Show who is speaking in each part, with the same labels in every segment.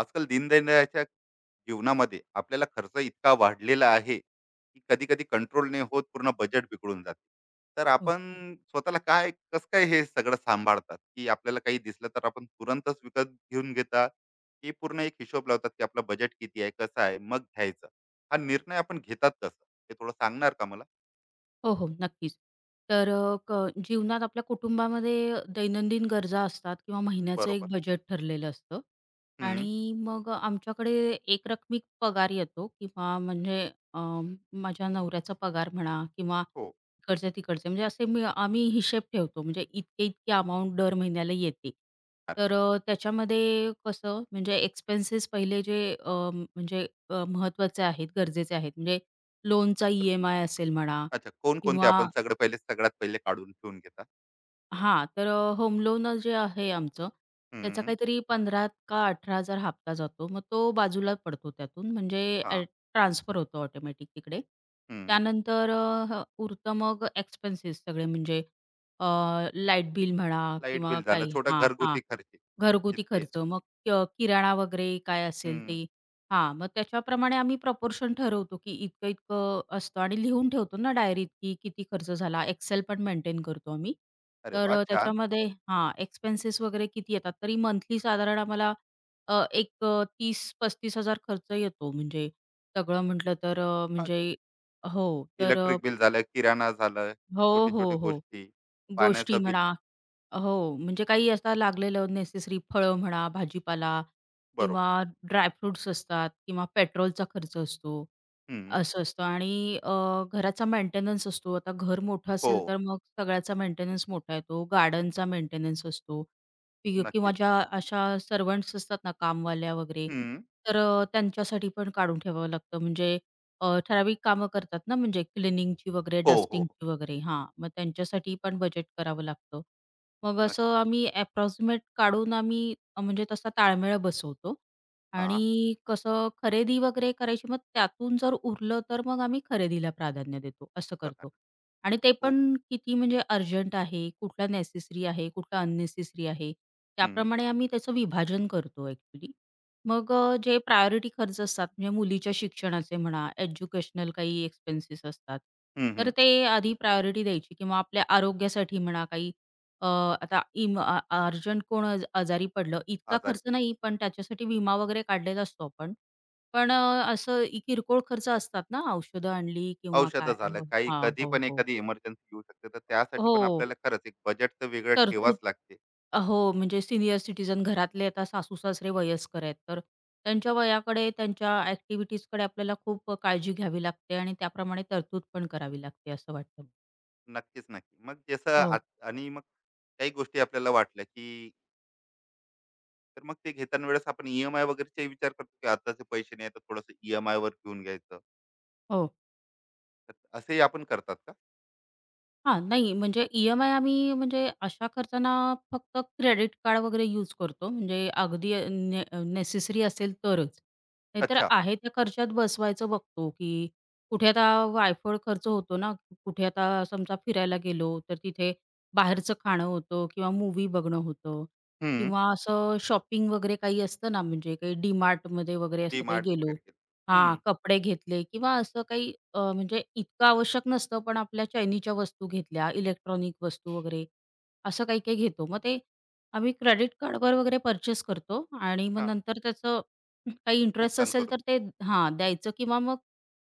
Speaker 1: आजकाल दिनदैनंदिनीच्या जीवनामध्ये आपल्याला खर्च इतका वाढलेला आहे की कधी कधी कंट्रोल नाही होत, पूर्ण बजेट बिघडून जाते. तर
Speaker 2: हो,
Speaker 1: आपण स्वतःला काय, कसं काय हे सगळं सांभाळतात? की आपल्याला काही दिसलं तर आपण तुरंतच विकत घेऊन घेतात, की पूर्ण एक हिशोब लावतात की आपलं बजेट किती आहे, कसं आहे, मग घ्यायचं हा निर्णय आपण घेतात कसं? हे थोडं सांगणार का मला?
Speaker 2: हो, हो, नक्कीच. तर अ, क जीवनात आपल्या कुटुंबामध्ये दैनंदिन गरजा असतात किंवा महिन्याचं
Speaker 1: बरोबर.
Speaker 2: एक बजेट ठरलेलं असतं.
Speaker 1: हम्म.
Speaker 2: आणि मग आमच्याकडे एकरकमी पगार येतो किंवा म्हणजे अ, माझ्या नवऱ्याचा पगार म्हणा किंवा
Speaker 1: हो.
Speaker 2: इकडचे-तिकडचे, म्हणजे असे मी आम्ही हिशेब ठेवतो, म्हणजे इतके-इतके अमाउंट दर महिन्याला येते.
Speaker 1: अरे.
Speaker 2: तर त्याच्यामध्ये कसं, म्हणजे एक्सपेन्सेस पहिले जे आहेत, गरजेचे आहेत, म्हणजे लोनचा ई-एम-आय असेल म्हणा
Speaker 1: अच्छा, कोण कोणते
Speaker 2: किंवा
Speaker 1: आपण सगळे पहिले, सगळ्यात पहिले काढून ठेवून घेतात?
Speaker 2: हां, तर होम लोन जे आहे आमचं, त्याचा
Speaker 1: हम्म.
Speaker 2: काहीतरी 15 का 18,000 हप्ता जातो. मग तो बाजूला पडतो त्यातून, म्हणजे
Speaker 1: हा.
Speaker 2: अ, ट्रान्सफर होतो ऑटोमॅटिक तिकडे.
Speaker 1: हम्म.
Speaker 2: त्यानंतर अ, ह उरतं मग एक्सपेन्सेस सगळे, म्हणजे अ, लाईट बिल म्हणा
Speaker 1: लाईट
Speaker 2: किंवा
Speaker 1: बिल झालं,
Speaker 2: काही
Speaker 1: छोटा
Speaker 2: हां, हां.
Speaker 1: घरगुती खर्च.
Speaker 2: घरगुती
Speaker 1: जितके.
Speaker 2: खर्च. मग किराणा वगैरे काय असेल ते.
Speaker 1: हं.
Speaker 2: हां, मग त्याच्याप्रमाणे आम्ही प्रपोर्शन ठरवतो, की इतकं-इतकं असतं आणि लिहून ठेवतो ना डायरीत, की किती खर्च झाला. एक्सेल पण मेंटेन करतो आम्ही.
Speaker 1: अरे
Speaker 2: तर
Speaker 1: वाह! छान.
Speaker 2: त्याच्यामध्ये हां, एक्सपेन्सेस वगैरे किती येतात. तरी मंथली साधारण आम्हाला अ, एक अ, 30,000-35,000 खर्च येतो. म्हणजे सगळं म्हटलं तर
Speaker 1: हां.
Speaker 2: म्हणजे हो. तर
Speaker 1: इलेक्ट्रिक बिल झालं, किराणा झालं,
Speaker 2: हो,
Speaker 1: छोटी-छोटी
Speaker 2: हो, हो.
Speaker 1: गोष्टी,
Speaker 2: गोष्टी
Speaker 1: पाण्याचं बिल.
Speaker 2: म्हणा. हो, म्हणजे काही असं लागलेलं नेसेसरी, फळं म्हणा, भाजीपाला किंवा
Speaker 1: बरोबर.
Speaker 2: ड्रायफ्रुट्स असतात किंवा पेट्रोलचा खर्च असतो.
Speaker 1: हं.
Speaker 2: असं असतं. आणि घराचा मेंटेनन्स असतो. आता घर मोठं
Speaker 1: हो,
Speaker 2: असेल तर मग सगळ्याचा मेंटेनन्स मोठा येतो. गार्डनचा मेंटेनन्स असतो, किंवा
Speaker 1: नक्कीच.
Speaker 2: ज्या अशा सर्व्हंट्स असतात ना, कामवाल्या वगैरे,
Speaker 1: हं.
Speaker 2: तर त्यांच्यासाठी पण काढून ठेवावं लागतं. म्हणजे ठराविक कामं करतात ना, म्हणजे क्लिनिंगची वगैरे,
Speaker 1: हो, हो, हो.
Speaker 2: डस्टिंगची वगैरे. हां, मग त्यांच्यासाठी पण बजेट करावं लागतं. मग असं
Speaker 1: नक्कीच.
Speaker 2: आम्ही अप्रॉक्सिमेट काढून आम्ही म्हणजे तसा ताळमेळ बसवतो.
Speaker 1: हां.
Speaker 2: आणि कसं खरेदी वगैरे करायची, मग त्यातून जर उरलं तर मग आम्ही खरेदीला प्राधान्य देतो, असं
Speaker 1: प्रधान.
Speaker 2: करतो. आणि ते
Speaker 1: हो.
Speaker 2: पण किती, म्हणजे अर्जंट आहे, कुठला नेसेसरी आहे, कुठला अननेसेसरी आहे,
Speaker 1: हं.
Speaker 2: त्याप्रमाणे आम्ही त्याचं विभाजन करतो ॲक्चुअली. मग जे प्रायोरिटी खर्च असतात, म्हणजे मुलीच्या शिक्षणाचे म्हणा, एज्युकेशनल काही एक्सपेन्सेस असतात,
Speaker 1: हं,
Speaker 2: तर
Speaker 1: हं.
Speaker 2: ते आधी प्रायोरिटी द्यायची किंवा आपल्या आरोग्यासाठी म्हणा काही अ, आता इम अ, अर्जंट, कोण आज आजारी पडलं, इतका
Speaker 1: आजारी.
Speaker 2: खर्च नाही, पण त्याच्यासाठी विमा वगैरे काढलेला असतो आपण. पण असं किरकोळ खर्च असतात ना, औषधं आणली किंवा
Speaker 1: औषधं
Speaker 2: काय
Speaker 1: झालं, काही
Speaker 2: हां,
Speaker 1: कधी
Speaker 2: हो,
Speaker 1: पण
Speaker 2: हो.
Speaker 1: एखादी इमर्जन्सी येऊ शकते, तर त्यासाठी पण
Speaker 2: हो,
Speaker 1: आपल्याला खरंच एक बजेटचं वेगळं
Speaker 2: तरतूद.
Speaker 1: ठेवाच लागते.
Speaker 2: हो, म्हणजे सीनियर सिटिझन घरातले, आता सासू-सासरे वयस्कर आहेत, तर त्यांच्या वयाकडे, त्यांच्या ॲक्टिव्हिटीजकडे आपल्याला खूप काळजी घ्यावी लागते आणि त्याप्रमाणे तरतूद पण करावी लागते, असं वाटतं.
Speaker 1: नक्कीच, नक्की. मग जसं आत,
Speaker 2: हो,
Speaker 1: आणि मग काही गोष्टी आपल्याला वाटल्या, की, तर मग ते घेताना वेळेस आपण ईएमआय वगैरेचाही विचार करतो, की आताचे पैसे नाही तर थोडंसं ईएमआय वर घेऊन घ्यायचं.
Speaker 2: हो.
Speaker 1: तर असंही आपण करतात का?
Speaker 2: हां, नाही म्हणजे ई-एम-आय आम्ही म्हणजे अशा खर्चांना फक्त क्रेडिट कार्ड वगैरे यूज करतो. म्हणजे अगदी अ, ने नेसेसरी असेल तरच. नाहीतर
Speaker 1: अच्छा.
Speaker 2: आहे त्या खर्चात बसवायचं बघतो, की कुठे आता वायफळ खर्च होतो ना, कुठे आता समजा फिरायला गेलो, तर तिथे बाहेरचं खाणं होतं किंवा मूव्ही बघणं होतं
Speaker 1: हं.
Speaker 2: किंवा असं शॉपिंग वगैरे काही असतं ना, म्हणजे काही डी वगैरे असं काही
Speaker 1: डीमार्ट
Speaker 2: गेलो,
Speaker 1: वगैरे गेलं. हं.
Speaker 2: हां, कपडे घेतले किंवा असं काही म्हणजे इतकं आवश्यक नसतं, पण आपल्या चैनीच्या वस्तू घेतल्या, इलेक्ट्रॉनिक वस्तू वगैरे असं काही-काही घेतो. मग ते आम्ही क्रेडिट कार्डवर वगैरे पर्चेस करतो आणि मग
Speaker 1: हां.
Speaker 2: नंतर त्याचं काही इंटरेस्ट
Speaker 1: भुगतान
Speaker 2: असेल
Speaker 1: करून
Speaker 2: तर
Speaker 1: दे.
Speaker 2: ते हां, द्यायचं किंवा मग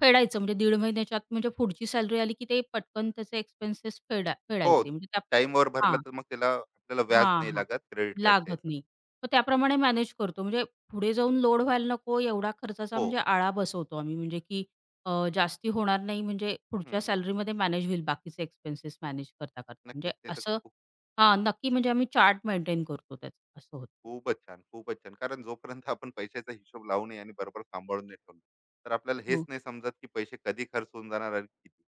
Speaker 2: फेडायचं. म्हणजे दीड महिन्याच्या आत, म्हणजे पुढची सॅलरी आली की ते पटकन त्याचे एक्सपेन्सेस
Speaker 1: हो.
Speaker 2: फेडायचे म्हणजे त्या
Speaker 1: टाईमवर भरलं
Speaker 2: हां,
Speaker 1: तर मग त्याला आपल्याला व्याज
Speaker 2: हां,
Speaker 1: नाही
Speaker 2: हां.
Speaker 1: लागत क्रेडिट कार्डच्या
Speaker 2: लागत
Speaker 1: ह्याचा.
Speaker 2: नाही. मग त्याप्रमाणे मॅनेज करतो. म्हणजे पुढे जाऊन लोड व्हायला नको एवढा खर्चाचा,
Speaker 1: हो.
Speaker 2: म्हणजे आळा बसवतो आम्ही, म्हणजे की जास्ती होणार नाही, म्हणजे पुढच्या
Speaker 1: हं.
Speaker 2: सॅलरीमध्ये मॅनेज होईल, बाकीचे एक्सपेन्सेस मॅनेज करता-करता. म्हणजे
Speaker 1: नक्कीच. ते तर
Speaker 2: असं
Speaker 1: खूप.
Speaker 2: हां, नक्की म्हणजे आम्ही चार्ट मेंटेन करतो त्याचा, असं होतं.
Speaker 1: खूपच छान, खूपच छान. कारण जोपर्यंत आपण पैशाचा हिशोब लावू नये आणि बरोबर सांभाळून नाही ठेवलं, तर आपल्याला हेच
Speaker 2: हो,
Speaker 1: नाही समजत की पैसे कधी खर्च होऊन जाणार आणि किती.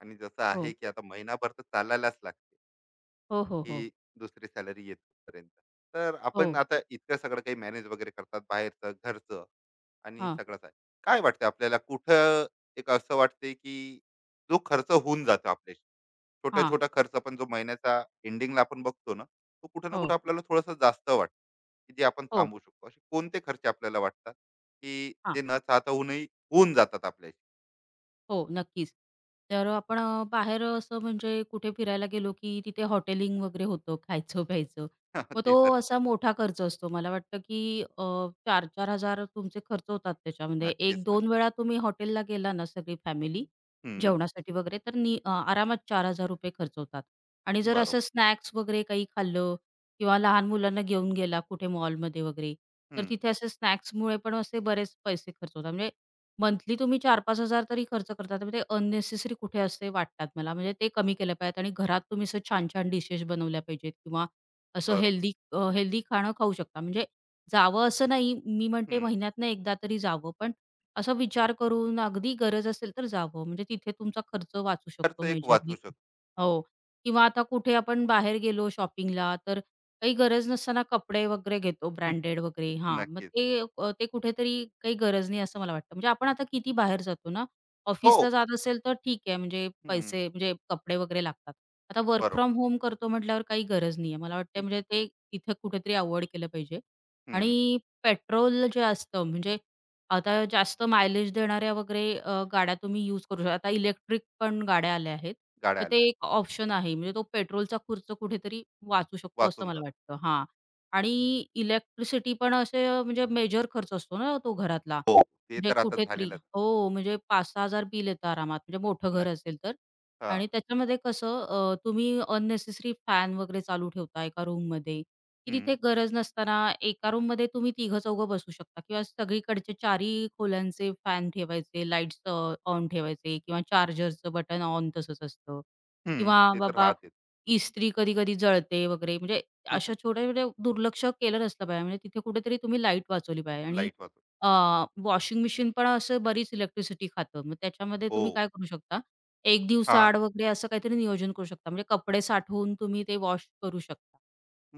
Speaker 1: आणि जसं आहे
Speaker 2: हो.
Speaker 1: की आता महिनाभर तर चालायलाच लागते.
Speaker 2: हो, हो, हो.
Speaker 1: की दुसरी सॅलरी येतपर्यंत. तर आपण
Speaker 2: हो.
Speaker 1: आता इतकं सगळं काही मॅनेज वगैरे करतात, बाहेरचं, घरचं आणि
Speaker 2: हां,
Speaker 1: सगळंच आहे. काय वाटतं आपल्याला कुठं? एक असं वाटते की जो खर्च होऊन जातो आपल्याशी,
Speaker 2: हां.
Speaker 1: छोटा-छोटा खर्च पण जो महिन्याचा एंडिंगला आपण बघतो ना, तो कुठे ना कुठे
Speaker 2: हो,
Speaker 1: आपल्याला थोडंसं जास्त वाटतं, की जे आपण
Speaker 2: हो.
Speaker 1: थांबवू शकतो. असे कोणते खर्च आपल्याला वाटतात, की जे न चाहता होऊनही होऊन जातात आपल्याशी?
Speaker 2: हो, नक्कीच. तर बाहेर असं म्हणजे कुठे फिरायला गेलो, की तिथे हॉटेलिंग वगैरे होतं, खायचं-प्यायचं. मग
Speaker 1: ते
Speaker 2: तो
Speaker 1: तर.
Speaker 2: असा मोठा खर्च असतो. मला वाटतं, की अ, 4,000-4,000 तुमचे खर्च होतात त्याच्यामध्ये.
Speaker 1: नक्कीच,
Speaker 2: 1-2
Speaker 1: नक्की.
Speaker 2: वेळा तुम्ही हॉटेलला गेला ना सगळी फॅमिली
Speaker 1: हं,
Speaker 2: जेवणासाठी वगैरे, तर आरामात ₹4,000 खर्च होतात. आणि जर असं
Speaker 1: बरोबर.
Speaker 2: स्नॅक्स वगैरे काही खाल्लं किंवा लहान मुलांना घेऊन गेला कुठे मॉलमध्ये वगैरे, तर
Speaker 1: हं,
Speaker 2: तिथे असे स्नॅक्समुळे पण असे बरेच पैसे खर्च होतात. म्हणजे मंथली तुम्ही 4-5,000 तरी खर्च करता, तर ते अननेसेसरी कुठे असते वाटतात मला. म्हणजे ते कमी केलं पाहिजेत आणि घरात तुम्ही असं छान-छान डिशेस बनवल्या पाहिजेत किंवा असं
Speaker 1: बरोबर.
Speaker 2: हेल्दी खाणं खाऊ शकता. म्हणजे जावं असं नाही, मी म्हणते
Speaker 1: हं,
Speaker 2: महिन्यातनं एकदा तरी जावं, पण असा विचार करून अगदी गरज असेल तर जावं. म्हणजे तिथे तुमचा खर्च वाचू
Speaker 1: खर्च
Speaker 2: शकतो
Speaker 1: एक
Speaker 2: मेजरली.
Speaker 1: वाचू शकतो.
Speaker 2: हो. किंवा आता कुठे आपण बाहेर गेलो शॉपिंगला, तर काही गरज नसताना कपडे वगैरे घेतो ब्रँडेड वगैरे. हां, मग
Speaker 1: नक्कीच.
Speaker 2: ते ते कुठेतरी काही गरज नाही असं मला वाटतं. म्हणजे आपण आता किती बाहेर जातो ना,
Speaker 1: हो.
Speaker 2: ऑफिसला
Speaker 1: आ.
Speaker 2: जात असेल तर ठीक आहे, म्हणजे
Speaker 1: हं.
Speaker 2: पैसे, म्हणजे कपडे वगैरे लागतात. आता वर्क
Speaker 1: बरोबर.
Speaker 2: फ्रॉम होम करतो म्हटल्यावर काही गरज नाहीये. मला वाटतं, म्हणजे ते तिथं कुठेतरी अव्हॉइड केलं पाहिजे.
Speaker 1: हं.
Speaker 2: आणि पेट्रोल जे असतं, म्हणजे आता जास्त मायलेज देणाऱ्या वगैरे गाड्या तुम्ही यूज करू शकता. आता इलेक्ट्रिक पण गाड्या आल्या आहेत.
Speaker 1: गाड्या
Speaker 2: तर ते
Speaker 1: आल्या.
Speaker 2: एक ऑप्शन आहे. म्हणजे तो पेट्रोलचा खर्च कुठेतरी वाचू शकतो असं
Speaker 1: वाचून
Speaker 2: मला
Speaker 1: जातो.
Speaker 2: वाटतं. हां. आणि इलेक्ट्रिसिटी पण असे म्हणजे मेजर खर्च असतो ना तो घरातला.
Speaker 1: हो. ते
Speaker 2: म्हणजे
Speaker 1: तर आता
Speaker 2: कुठेतरी
Speaker 1: झालेलंच.
Speaker 2: हो, म्हणजे 5,000-6,000 बिल येतं आरामात. म्हणजे मोठं घर
Speaker 1: नक्क.
Speaker 2: असेल तर.
Speaker 1: हां.
Speaker 2: आणि त्याच्यामध्ये कसं तुम्ही अननेसेसरी फॅन वगैरे चालू ठेवता एका रूममध्ये. की
Speaker 1: हं.
Speaker 2: तिथे गरज नसताना एका रूममध्ये तुम्ही तिघं-चौघं बसू शकता किंवा सगळीकडचे चारही खोल्यांचे फॅन ठेवायचे, लाईट्स ऑन ठेवायचे किंवा चार्जरचं बटन ऑन तसंच असतं
Speaker 1: हं.
Speaker 2: किंवा
Speaker 1: ते तर
Speaker 2: बाबा
Speaker 1: राहतेच.
Speaker 2: इस्त्री कधी-कधी जळते वगैरे, म्हणजे अशा छोट्या-छोट्या दुर्लक्ष केलं नसलं पाहिजे. म्हणजे तिथे कुठेतरी तुम्ही लाईट वाचवली पाहिजे. आणि
Speaker 1: लाईट वाचून.
Speaker 2: वॉशिंग मशीन पण असं बरीच इलेक्ट्रिसिटी खातं. मग त्याच्यामध्ये
Speaker 1: हो.
Speaker 2: तुम्ही काय करू शकता, 1
Speaker 1: हां.
Speaker 2: दिवसाआड वगैरे असं काहीतरी नियोजन करू शकता. म्हणजे कपडे साठवून तुम्ही ते वॉश करू शकता.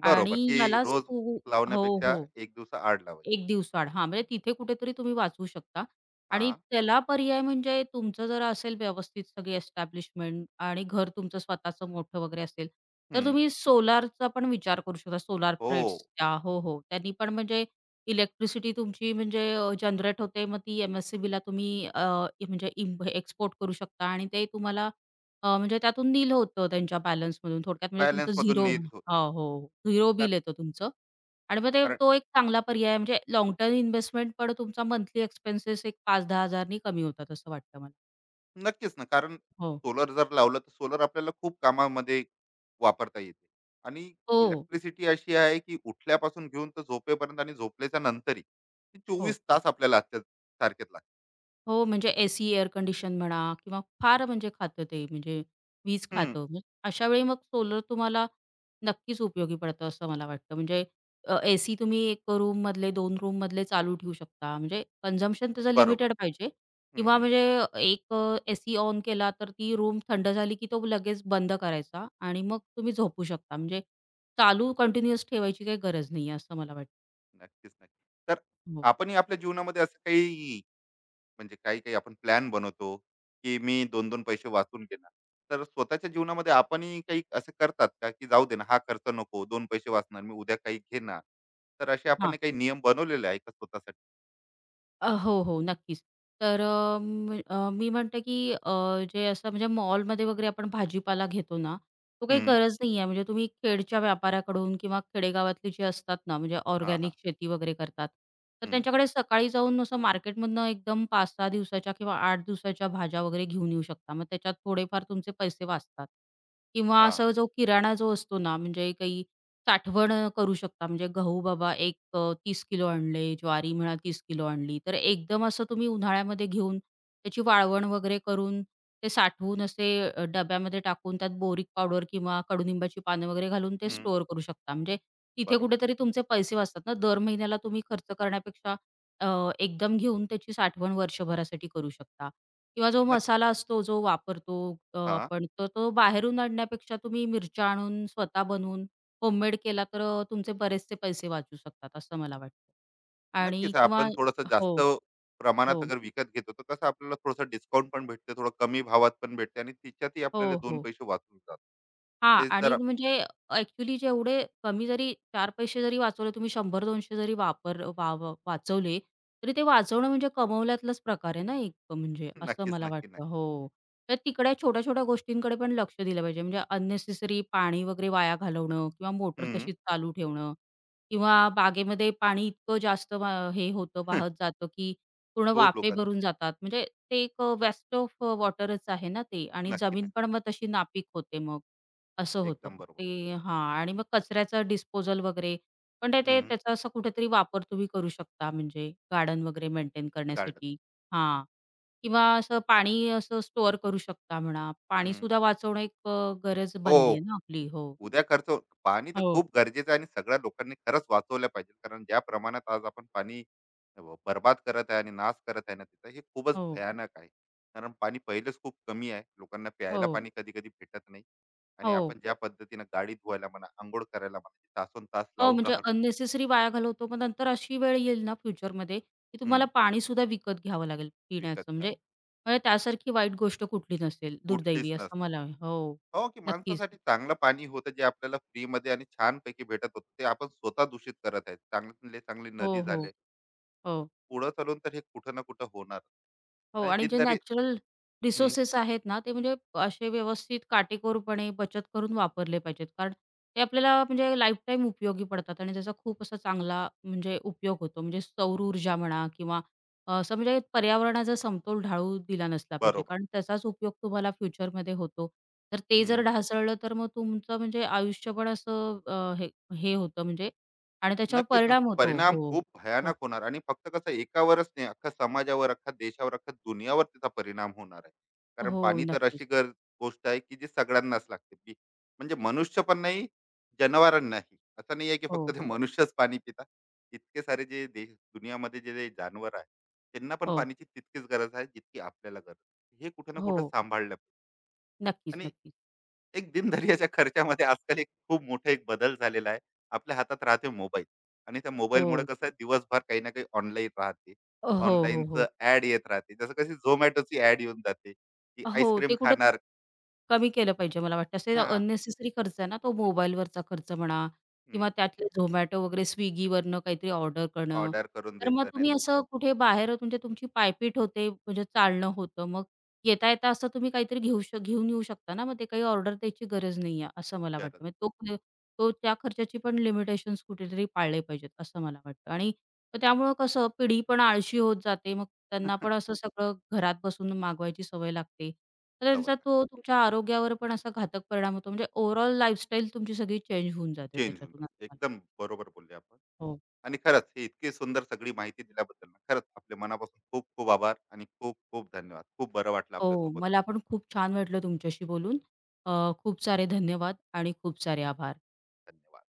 Speaker 1: बरोबर,
Speaker 2: आणि
Speaker 1: की
Speaker 2: ह्याला
Speaker 1: रोज
Speaker 2: स्कू हो,
Speaker 1: लावण्यापेक्षा
Speaker 2: हो.
Speaker 1: 1 दिवसाआड लावायची.
Speaker 2: एक दिवसाआड. हां, म्हणजे तिथे कुठेतरी तुम्ही वाचू शकता. आणि
Speaker 1: हां.
Speaker 2: त्याला पर्याय, म्हणजे तुमचं जर असेल व्यवस्थित सगळी एस्टॅब्लिशमेंट आणि घर तुमचं स्वतःचं मोठं वगैरे असेल, तर
Speaker 1: हं.
Speaker 2: तुम्ही सोलारचा पण विचार करू शकता. सोलार
Speaker 1: हो.
Speaker 2: प्लेट्सचा, हो, हो. त्यांनी पण म्हणजे इलेक्ट्रिसिटी तुमची म्हणजे जनरेट होते. मग ती एम-एस-सी-बीला तुम्ही अ, इ- म्हणजे एक्सपोर्ट करू शकता आणि ते तुम्हाला म्हणजे त्यातून नील होतं त्यांच्या बॅलन्समधून. थोडक्यात, म्हणजे तुमचं
Speaker 1: बॅलन्समधून
Speaker 2: झिरो, हो,
Speaker 1: निधी होतो.
Speaker 2: हो. हो. झिरो
Speaker 1: का?
Speaker 2: बिल येतं तुमचं. आणि मग ते
Speaker 1: कारण
Speaker 2: तो एक चांगला पर्याय आहे, म्हणजे लाँग टर्म इन्व्हेस्टमेंट पण, तुमचा मंथली एक्सपेन्सेस एक 5-10 हजारांनी कमी होतात असं वाटतं मला.
Speaker 1: नक्कीच ना, कारण
Speaker 2: हो.
Speaker 1: सोलर जर लावलं तर सोलर आपल्याला खूप कामामध्ये वापरता येते, आणि
Speaker 2: हो,
Speaker 1: इलेक्ट्रिसिटी अशी आहे की उठल्यापासून घेऊन तर झोपेपर्यंत आणि झोपल्याच्या नंतरही ती
Speaker 2: हो.
Speaker 1: चोवीस तास आपल्याला आजच्या सारखेच लागते.
Speaker 2: हो, म्हणजे एसी, एअर कंडिशन म्हणा, किंवा फार म्हणजे खातं ते, म्हणजे वीज
Speaker 1: हम्म,
Speaker 2: खातं. मग अशा वेळी मग सोलर तुम्हाला नक्कीच उपयोगी पडतं असं मला वाटतं. म्हणजे एसी तुम्ही 1 रूममधले 2 रूममधले चालू ठेवू शकता. म्हणजे कन्झम्पशन त्याचं
Speaker 1: बरोबर.
Speaker 2: लिमिटेड पाहिजे.
Speaker 1: हम्म,
Speaker 2: किंवा
Speaker 1: हम्म.
Speaker 2: म्हणजे एक एसी ऑन केला तर ती रूम थंड झाली की तो लगेच बंद करायचा आणि मग तुम्ही झोपू शकता. म्हणजे चालू कंटिन्युअस ठेवायची काही गरज नाही असं मला वाटतं.
Speaker 1: नक्कीच, नक्की. तर
Speaker 2: हो.
Speaker 1: आपणही आपल्या जीवनामध्ये असं काही, म्हणजे काही काही आपण प्लॅन बनवतो की मी दोन दोन पैसे वाचून घेणार, तर स्वतःच्या जीवनामध्ये आपणही काही असे करतात का, की जाऊ दे ना हा खर्च नको, दोन पैसे वाचणार मी, उद्या काही घेणार. तर असे आपण हे काही नियम बनवलेले आहे का स्वतःसाठी?
Speaker 2: हो, हो, नक्कीच. तर मी म्हणते, की जे असं म्हणजे मॉलमध्ये वगैरे आपण भाजीपाला घेतो ना, तो काही
Speaker 1: हम्म,
Speaker 2: गरज नाही आहे. म्हणजे तुम्ही खेडच्या व्यापाऱ्याकडून किंवा खेडेगावातले जे असतात ना, म्हणजे
Speaker 1: हा हा.
Speaker 2: ऑर्गॅनिक शेती वगैरे करतात, तर
Speaker 1: हम्म,
Speaker 2: त्यांच्याकडे सकाळी जाऊन असं मार्केटमधनं एकदम 5-6 दिवसाच्या किंवा 8 दिवसाच्या भाज्या वगैरे घेऊन येऊ शकता. मग त्याच्यात थोडेफार तुमचे पैसे वाचतात. किंवा
Speaker 1: हा.
Speaker 2: असा जो किराणा जो असतो ना, म्हणजे काही साठवण करू शकता. म्हणजे गहू बाबा एक 30 किलो आणले, ज्वारी म्हणा 30 किलो आणली. तर एकदम असं तुम्ही उन्हाळ्यामध्ये घेऊन त्याची वाळवण वगैरे करून ते साठवून असे डब्यामध्ये टाकून त्यात बोरिक पावडर किंवा कडुनिंबाची पानं वगैरे घालून ते
Speaker 1: हम्म,
Speaker 2: स्टोअर करू शकता. म्हणजे तिथे
Speaker 1: बरोबर.
Speaker 2: कुठेतरी तुमचे पैसे वाचतात ना. दर महिन्याला तुम्ही खर्च करण्यापेक्षा अ, एकदम घेऊन त्याची साठवण वर्षभरासाठी करू शकता. किंवा जो
Speaker 1: नक्की.
Speaker 2: मसाला असतो, जो वापरतो
Speaker 1: हा.
Speaker 2: आपण, तर तो बाहेरून आणण्यापेक्षा तुम्ही मिरच्या आणून स्वतः बनवून होममेड केला तर तुमचे बरेचसे पैसे वाचू शकतात असं मला वाटतं. आणि
Speaker 1: नक्कीच
Speaker 2: किंवा
Speaker 1: आपण थोडंसं
Speaker 2: हो,
Speaker 1: जास्त प्रमाणात
Speaker 2: हो.
Speaker 1: अगर विकत घेतो तर कसं आपल्याला थोडंसं डिस्काउंट पण भेटते, थोडं कमी भावात पण भेटते आणि तिच्यातही
Speaker 2: हो,
Speaker 1: आपल्याला दोन
Speaker 2: हो.
Speaker 1: पैसे वाचून जातात.
Speaker 2: हां,
Speaker 1: ते
Speaker 2: आणि
Speaker 1: जरा.
Speaker 2: म्हणजे ॲक्चुअली जेवढे कमी जरी 4 पैसे जरी वाचवले, तुम्ही 100-200 जरी वापर वा वा वाचवले, तरी ते वाचवणं म्हणजे कमवल्यातलाच प्रकार आहे ना एक, म्हणजे असं
Speaker 1: नक्कीच,
Speaker 2: मला
Speaker 1: नक्की,
Speaker 2: वाटतं.
Speaker 1: नक्की.
Speaker 2: हो. तर तिकडे छोट्या-छोट्या गोष्टींकडे पण लक्ष दिलं पाहिजे. म्हणजे अननेसेसरी पाणी वगैरे वाया घालवणं किंवा मोटर
Speaker 1: हम्म.
Speaker 2: तशीच चालू ठेवणं किंवा बागेमध्ये पाणी इतकं जास्त वा हे होतं, वाहत जातं, की पूर्ण
Speaker 1: खूप
Speaker 2: वाफे
Speaker 1: लोकांचं.
Speaker 2: भरून जातात. म्हणजे ते एक वेस्ट ऑफ वॉटरच आहे ना ते, आणि
Speaker 1: नक्की,
Speaker 2: जमीन
Speaker 1: नक्की.
Speaker 2: पण मग तशी नापीक होते मग. असं होतं
Speaker 1: एकदम
Speaker 2: मग
Speaker 1: बरोबर.
Speaker 2: ते. हां, आणि मग कचऱ्याचं डिस्पोजल वगैरे, पण ते ते
Speaker 1: हं,
Speaker 2: त्याचा असं कुठेतरी वापर तुम्ही करू शकता, म्हणजे गार्डन वगैरे मेंटेन
Speaker 1: गार्डन.
Speaker 2: करण्यासाठी. हां. किंवा असं पाणी असं स्टोअर करू शकता म्हणा.
Speaker 1: हं.
Speaker 2: पाणीसुद्धा वाचवणं एक गरज
Speaker 1: हो,
Speaker 2: बनली आहे ना आपली. हो.
Speaker 1: उद्या खर्च. पाणी तर
Speaker 2: हो,
Speaker 1: खूप गरजेचं आहे आणि सगळ्या लोकांनी खरंच वाचवलं पाहिजे. कारण ज्या प्रमाणात आज आपण पाणी बर्बाद करत आहे आणि नाश करत आहे ना तिथं, हे खूपच
Speaker 2: हो,
Speaker 1: भयानक आहे. कारण पाणी पहिलेच खूप कमी आहे. लोकांना प्यायला
Speaker 2: हो,
Speaker 1: पाणी कधी-कधी भेटत नाही, आणि
Speaker 2: हो.
Speaker 1: आपण ज्या पद्धतीनं गाडी धुवायला म्हणा, अंघोळ करायला म्हणा, तासोनतास
Speaker 2: हो,
Speaker 1: लावून
Speaker 2: म्हणजे
Speaker 1: राहिलो.
Speaker 2: अननेसेसरी वाया घालवतो. मग नंतर अशी वेळ येईल ना फ्युचरमध्ये, की तुम्हाला
Speaker 1: हं,
Speaker 2: पाणीसुद्धा विकत घ्यावं लागेल
Speaker 1: विकत
Speaker 2: पिण्याचं. म्हणजे
Speaker 1: घ्यायला.
Speaker 2: म्हणजे त्यासारखी वाईट गोष्ट कुठली नसेल,
Speaker 1: कुठलीच
Speaker 2: दुर्दैवी असं
Speaker 1: नसणार.
Speaker 2: मला हो,
Speaker 1: हो, की
Speaker 2: नक्कीच.
Speaker 1: माणसासाठी चांगलं पाणी होतं जे आपल्याला फ्रीमध्ये आणि छानपैकी भेटत होतं. ते आपण स्वतः दूषित करत आहेत. चांगले चांगले नदी
Speaker 2: हो, हो.
Speaker 1: झाले.
Speaker 2: हो,
Speaker 1: पुढं चालून तर हे कुठं ना कुठं होणार.
Speaker 2: हो.
Speaker 1: आणि
Speaker 2: आणि जे
Speaker 1: दिनदरी.
Speaker 2: नॅचरल
Speaker 1: हं,
Speaker 2: रिसोर्सेस आहेत ना, ते म्हणजे असे व्यवस्थित काटेकोरपणे बचत करून वापरले पाहिजेत. कारण ते आपल्याला म्हणजे लाईफटाईम उपयोगी पडतात आणि त्याचा खूप असा चांगला म्हणजे उपयोग होतो. म्हणजे सौर ऊर्जा म्हणा किंवा असं म्हणजे पर्यावरणाचा समतोल ढाळू दिला नसला पाहिजे.
Speaker 1: बरोबर.
Speaker 2: कारण त्याचाच उपयोग तुम्हाला फ्युचरमध्ये होतो. तर ते जर
Speaker 1: हं.
Speaker 2: ढासळलं, तर मग तुमचं म्हणजे आयुष्य पण असं अ, हे हे होतं, म्हणजे आणि त्याच्यावर
Speaker 1: नक्कीच ना,
Speaker 2: परिणाम होतो.
Speaker 1: परिणाम
Speaker 2: हो.
Speaker 1: खूप
Speaker 2: हो,
Speaker 1: भयानक होणार आणि फक्त कसं एकावरच नाही, अख्खा समाजावर, अख्खा देशावर, अख्खा दुनियावर त्याचा परिणाम होणार आहे. कारण
Speaker 2: हो.
Speaker 1: पाणी तर अशी
Speaker 2: नक्कीच.
Speaker 1: गर, गोष्ट आहे की जी सगळ्यांनाच लागते. बी- म्हणजे मनुष्य पण नाही, जनावरांनाही, असं नाही आहे की फक्त
Speaker 2: हो,
Speaker 1: ते मनुष्यच पाणी पितात. इतके सारे जे देश दुनियामध्ये जे जे जानवर आहे, त्यांना पण
Speaker 2: हो.
Speaker 1: पाण्याची तितकीच गरज आहे जितकी आपल्याला गरज आहे. हे कुठं ना
Speaker 2: हो.
Speaker 1: कुठं सांभाळलं पाहिजे.
Speaker 2: नक्कीच,
Speaker 1: आणि
Speaker 2: नक्कीच.
Speaker 1: एक दिनचर्याच्या खर्चामध्ये आजकाल एक खूप मोठा एक बदल झालेला आहे. आपल्या हातात राहते मोबाईल आणि त्या मोबाईलमुळे
Speaker 2: हो.
Speaker 1: कसं आहे, दिवसभर काही ना काही ऑनलाईन राहते.
Speaker 2: हो, हो,
Speaker 1: ऑनलाईनचं
Speaker 2: हो.
Speaker 1: ॲड येत राहते. जसं कशी Zomatoची ॲड येऊन जाते, की
Speaker 2: हो,
Speaker 1: आईस्क्रीम
Speaker 2: ते कुठं
Speaker 1: खाणार.
Speaker 2: कमी केलं पाहिजे मला वाटतं. असे
Speaker 1: हां.
Speaker 2: अननेसेसरी खर्च आहे ना, तो मोबाईलवरचा खर्च म्हणा किंवा त्यातले Zomato वगैरे Swiggyवरनं काहीतरी ऑर्डर करणं.
Speaker 1: ऑर्डर करून
Speaker 2: तर मग
Speaker 1: द्यायचं नाही.
Speaker 2: तुम्ही असं कुठे बाहेर म्हणजे तुमची पायपीट होते, म्हणजे चालणं होतं. मग येता-येता असं तुम्ही काहीतरी घेऊन येऊ शकता ना, मग ते काही ऑर्डर द्यायची गरज नाही आहे, असं मला
Speaker 1: गरज.
Speaker 2: वाटतं. म्हणजे तो तो त्या खर्चाची पण लिमिटेशन्स कुठेतरी पाळले पाहिजेत, असं मला वाटतं. आणि तर त्यामुळं कसं पिढी पण आळशी होत जाते. मग त्यांना पण असं सगळं घरात बसून मागवायची सवय लागते. तर
Speaker 1: सवय
Speaker 2: त्यांचा तो तुमच्या आरोग्यावर पण असा घातक परिणाम होतो. म्हणजे ओव्हरऑल लाईफस्टाईल तुमची सगळी चेंज होऊन जाते
Speaker 1: चेंज होऊन
Speaker 2: त्याच्यातून
Speaker 1: जाते.
Speaker 2: असं मला
Speaker 1: एकदम बरोबर बोलले आपण.
Speaker 2: हो.
Speaker 1: आणि खरंच ही इतकी सुंदर सगळी माहिती दिल्याबद्दल ना, खरंच आपल्या मनापासून खूप खूप आभार आणि खूप खूप धन्यवाद. खूप बरं वाटलं
Speaker 2: हो.
Speaker 1: आपल्यासोबत.
Speaker 2: मला पण खूप छान वाटलं तुमच्याशी बोलून. अ, खूप सारे धन्यवाद आणि खूप सारे आभार.
Speaker 1: धन्यवाद.